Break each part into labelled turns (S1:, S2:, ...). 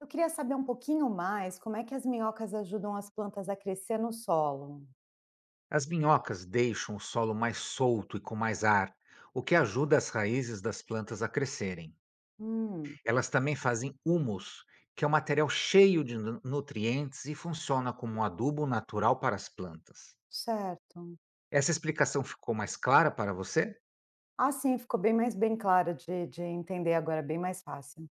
S1: Eu queria saber um pouquinho mais como é que as minhocas ajudam as plantas a crescer no solo.
S2: As minhocas deixam o solo mais solto e com mais ar, o que ajuda as raízes das plantas a crescerem.
S1: Hum,
S2: Elas também fazem humus, que é um material cheio de nutrientes e funciona como um adubo natural para as plantas.
S1: certo.
S2: Essa explicação ficou mais clara para você?
S1: Ah, sim, ficou bem mais bem clara de entender agora, bem mais fácil.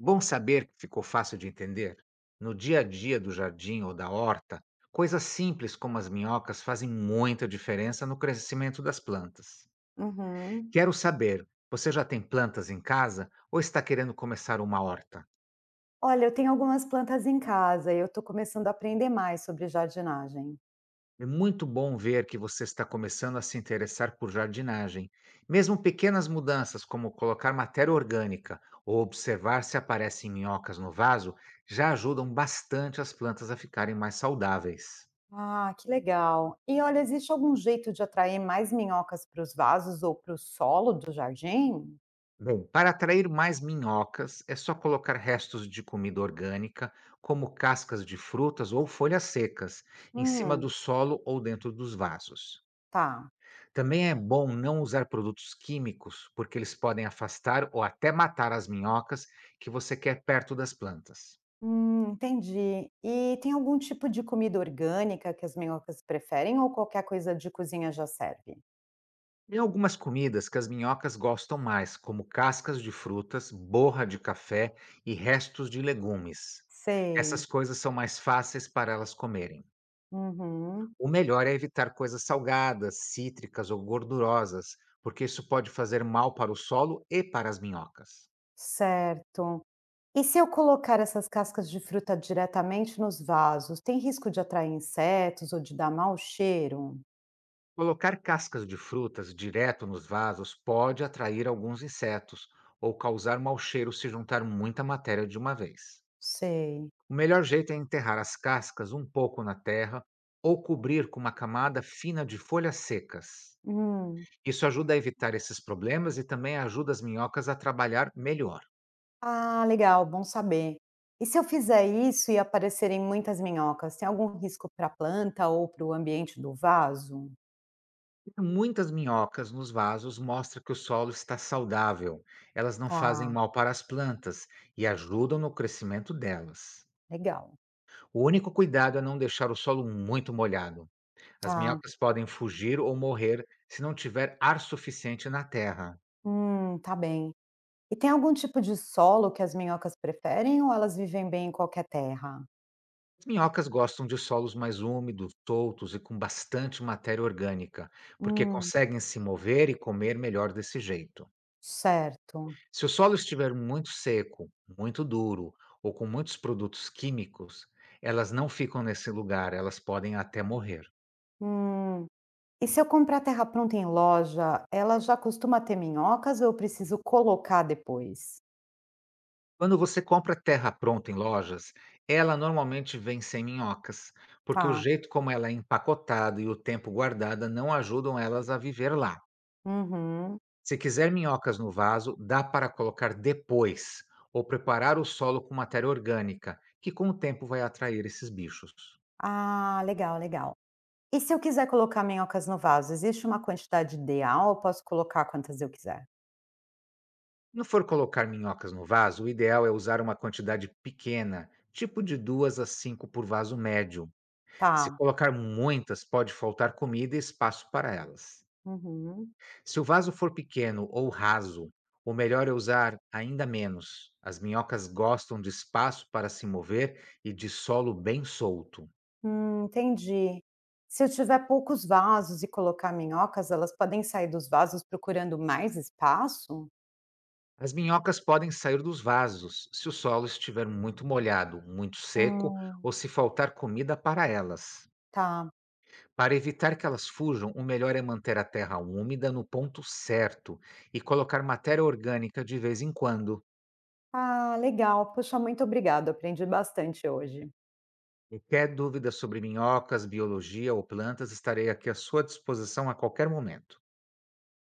S2: Bom saber que ficou fácil de entender. No dia a dia do jardim ou da horta, coisas simples como as minhocas fazem muita diferença no crescimento das plantas.
S1: Uhum.
S2: Quero saber, você já tem plantas em casa ou está querendo começar uma horta?
S1: Olha, eu tenho algumas plantas em casa e eu estou começando a aprender mais sobre jardinagem.
S2: É muito bom ver que você está começando a se interessar por jardinagem. Mesmo pequenas mudanças, como colocar matéria orgânica ou observar se aparecem minhocas no vaso, já ajudam bastante as plantas a ficarem mais saudáveis.
S1: Ah, que legal. E olha, existe algum jeito de atrair mais minhocas para os vasos ou para o solo do jardim?
S2: Bom, para atrair mais minhocas, é só colocar restos de comida orgânica, como cascas de frutas ou folhas secas, em cima do
S1: Hum,
S2: solo ou dentro dos vasos.
S1: tá.
S2: Também é bom não usar produtos químicos, porque eles podem afastar ou até matar as minhocas que você quer perto das plantas.
S1: Entendi. E tem algum tipo de comida orgânica que as minhocas preferem ou qualquer coisa de cozinha já serve?
S2: Tem algumas comidas que as minhocas gostam mais, como cascas de frutas, borra de café e restos de legumes.
S1: Sei.
S2: Essas coisas são mais fáceis para elas comerem.
S1: Uhum,
S2: O melhor é evitar coisas salgadas, cítricas ou gordurosas, porque isso pode fazer mal para o solo e para as minhocas.
S1: certo. E se eu colocar essas cascas de fruta diretamente nos vasos, tem risco de atrair insetos ou de dar mau cheiro?
S2: Colocar cascas de frutas direto nos vasos pode atrair alguns insetos ou causar mau cheiro se juntar muita matéria de uma vez.
S1: Sei.
S2: O melhor jeito é enterrar as cascas um pouco na terra ou cobrir com uma camada fina de folhas secas.
S1: Hum.
S2: Isso ajuda a evitar esses problemas e também ajuda as minhocas a trabalhar melhor.
S1: Ah, legal, bom saber. E se eu fizer isso e aparecerem muitas minhocas, tem algum risco para a planta ou para o ambiente do vaso?
S2: Muitas minhocas nos vasos mostram que o solo está saudável, elas não fazem
S1: Tá,
S2: mal para as plantas e ajudam no crescimento delas.
S1: legal.
S2: O único cuidado é não deixar o solo muito molhado. As
S1: Tá.
S2: minhocas podem fugir ou morrer se não tiver ar suficiente na terra.
S1: Tá bem. E tem algum tipo de solo que as minhocas preferem ou elas vivem bem em qualquer terra?
S2: As minhocas gostam de solos mais úmidos, soltos e com bastante matéria orgânica, porque
S1: Hum,
S2: conseguem se mover e comer melhor desse jeito.
S1: certo.
S2: Se o solo estiver muito seco, muito duro ou com muitos produtos químicos, elas não ficam nesse lugar, elas podem até morrer.
S1: Hum. E se eu comprar terra pronta em loja, ela já costuma ter minhocas ou eu preciso colocar depois?
S2: Quando você compra terra pronta em lojas, ela normalmente vem sem minhocas, porque o
S1: Tá.
S2: jeito como ela é empacotada e o tempo guardada não ajudam elas a viver lá.
S1: Uhum.
S2: Se quiser minhocas no vaso, dá para colocar depois, ou preparar o solo com matéria orgânica, que com o tempo vai atrair esses bichos. Se
S1: Ah, legal, legal. E se eu quiser colocar minhocas no vaso, existe uma quantidade ideal? Eu posso colocar quantas eu quiser?
S2: não for colocar minhocas no vaso, o ideal é usar uma quantidade pequena, tipo de 2 a 5 por vaso médio. Se
S1: Tá.
S2: colocar muitas, pode faltar comida e espaço para elas.
S1: Uhum.
S2: Se o vaso for pequeno ou raso, o melhor é usar ainda menos. As minhocas gostam de espaço para se mover e de solo bem solto.
S1: Entendi. Se eu tiver poucos vasos e colocar minhocas, elas podem sair dos vasos procurando mais espaço?
S2: As minhocas podem sair dos vasos se o solo estiver muito molhado, muito seco
S1: Hum,
S2: ou se faltar comida para elas.
S1: tá.
S2: Para evitar que elas fujam, o melhor é manter a terra úmida no ponto certo e colocar matéria orgânica de vez em quando.
S1: Ah, legal. Puxa, muito obrigada. Aprendi bastante hoje.
S2: Qualquer dúvida sobre minhocas, biologia ou plantas, estarei aqui à sua disposição a qualquer momento.